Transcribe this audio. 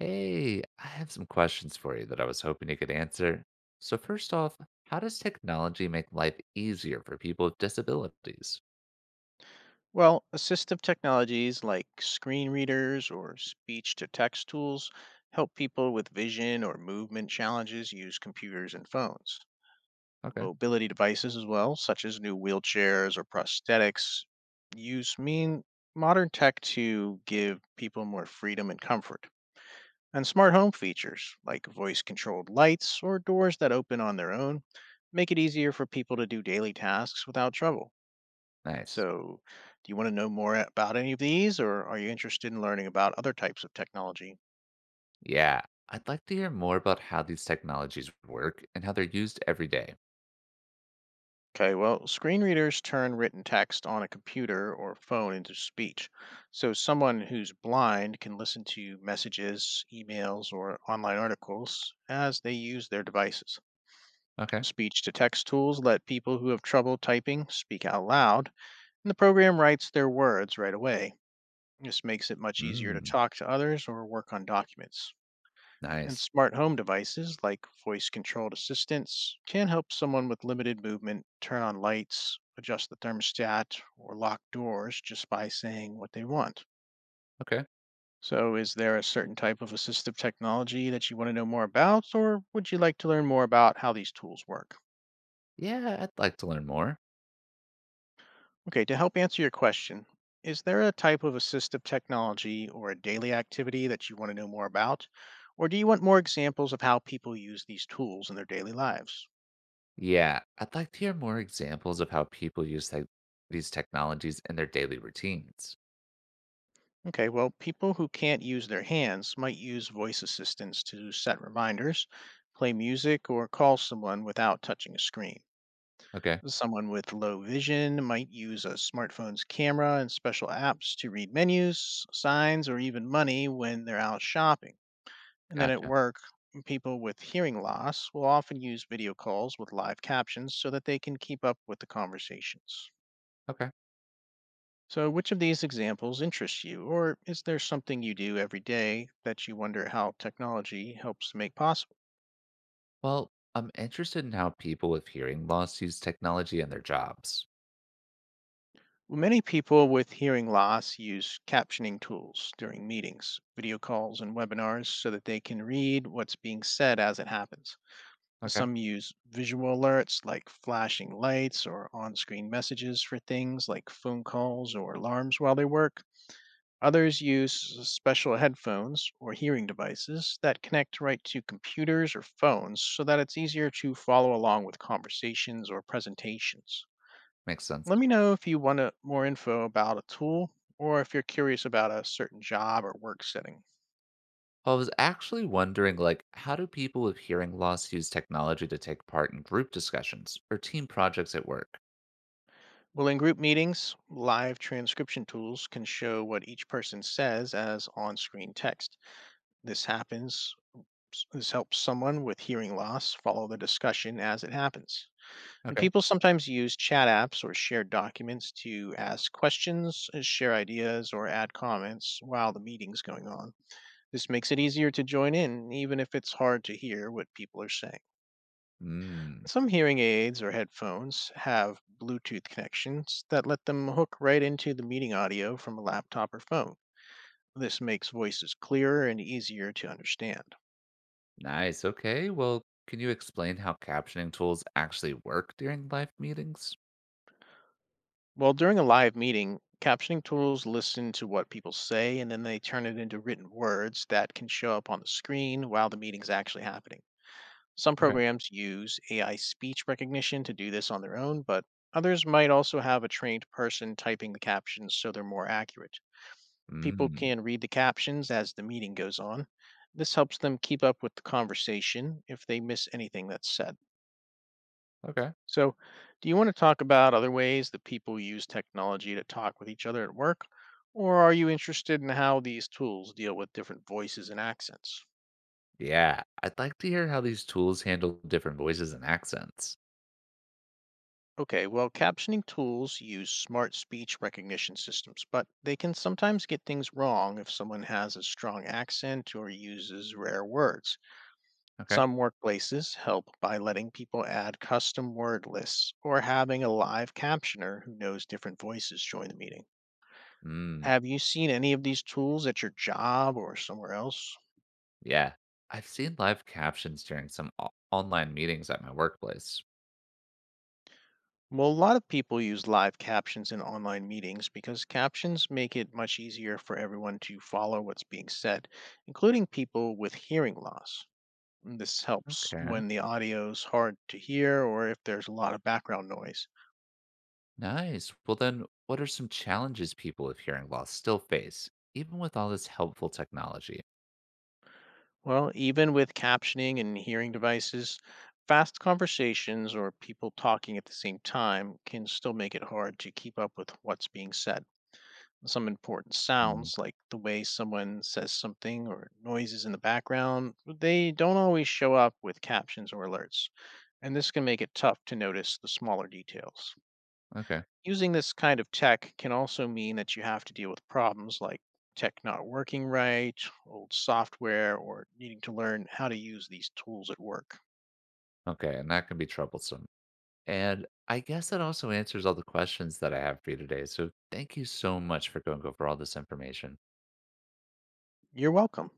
Hey, I have some questions for you that I was hoping you could answer. So, first off, how does technology make life easier for people with disabilities? Well, assistive technologies like screen readers or speech to text tools help people with vision or movement challenges use computers and phones. Okay, Mobility devices, as well, such as new wheelchairs or prosthetics, use mean modern tech to give people more freedom and comfort. And smart home features like voice controlled lights or doors that open on their own make it easier for people to do daily tasks without trouble. nice. So, do you want to know more about any of these, or are you interested in learning about other types of technology? Yeah, I'd like to hear more about how these technologies work and how they're used every day. Okay, well, screen readers turn written text on a computer or phone into speech. So, someone who's blind can listen to messages, emails, or online articles as they use their devices. Okay. Speech to text tools let people who have trouble typing speak out loud, and the program writes their words right away. This makes it much easier to Mm, talk to others or work on documents. And nice. smart home devices like voice controlled assistants can help someone with limited movement turn on lights, adjust the thermostat, or lock doors just by saying what they want. Okay. So, is there a certain type of assistive technology that you want to know more about, or would you like to learn more about how these tools work? Yeah, I'd like to learn more. Okay, to help answer your question, is there a type of assistive technology or a daily activity that you want to know more about, or do you want more examples of how people use these tools in their daily lives? Yeah, I'd like to hear more examples of how people use tech these technologies in their daily routines. Okay, well, people who can't use their hands might use voice assistants to set reminders, play music, or call someone without touching a screen. Okay, Someone with low vision might use a smartphone's camera and special apps to read menus, signs, or even money when they're out shopping. And then at gotcha. work, people with hearing loss will often use video calls with live captions so that they can keep up with the conversations. Okay. So, which of these examples interests you, or is there something you do every day that you wonder how technology helps make possible? Well, I'm interested in how people with hearing loss use technology in their jobs. Well, many people with hearing loss use captioning tools during meetings, video calls, and webinars so that they can read what's being said as it happens. Okay. Some use visual alerts like flashing lights or on screen messages for things like phone calls or alarms while they work. Others use special headphones or hearing devices that connect right to computers or phones so that it's easier to follow along with conversations or presentations. Makes Let sense. me know if you want more info about a tool or if you're curious about a certain job or work setting. Well, I was actually wondering, like, how do people with hearing loss use technology to take part in group discussions or team projects at work? Well, in group meetings, live transcription tools can show what each person says as on screen text. This happens, this helps someone with hearing loss follow the discussion as it happens. And Okay. people sometimes use chat apps or shared documents to ask questions, share ideas, or add comments while the meeting's going on. This makes it easier to join in, even if it's hard to hear what people are saying. Hmm. Some hearing aids or headphones have Bluetooth connections that let them hook right into the meeting audio from a laptop or phone. This makes voices clearer and easier to understand. Nice. Okay. Well, can you explain how captioning tools actually work during live meetings? Well, during a live meeting, captioning tools listen to what people say and then they turn it into written words that can show up on the screen while the meeting's actually happening. Some Okay. programs use AI speech recognition to do this on their own, but others might also have a trained person typing the captions so they're more accurate. People Hmm. can read the captions as the meeting goes on. This helps them keep up with the conversation if they miss anything that's said. Okay. So, do you want to talk about other ways that people use technology to talk with each other at work? Or are you interested in how these tools deal with different voices and accents? Yeah. I'd like to hear how these tools handle different voices and accents. Okay, well, captioning tools use smart speech recognition systems, but they can sometimes get things wrong if someone has a strong accent or uses rare words. Okay. Some workplaces help by letting people add custom word lists or having a live captioner who knows different voices join the meeting. Hmm. Have you seen any of these tools at your job or somewhere else? Yeah. I've seen live captions during some online meetings at my workplace. Well, a lot of people use live captions in online meetings because captions make it much easier for everyone to follow what's being said, including people with hearing loss. And this helps Okay. when the audio is hard to hear or if there's a lot of background noise. Nice. Well, then, what are some challenges people with hearing loss still face, even with all this helpful technology? Well, even with captioning and hearing devices, fast conversations or people talking at the same time can still make it hard to keep up with what's being said. Some important Mm, sounds, like the way someone says something or noises in the background, they don't always show up with captions or alerts, and this can make it tough to notice the smaller details. okay. Using this kind of tech can also mean that you have to deal with problems like tech not working right, old software, or needing to learn how to use these tools at work. Okay. And that can be troublesome. And I guess that also answers all the questions that I have for you today. So thank you so much for going over all this information. You're welcome.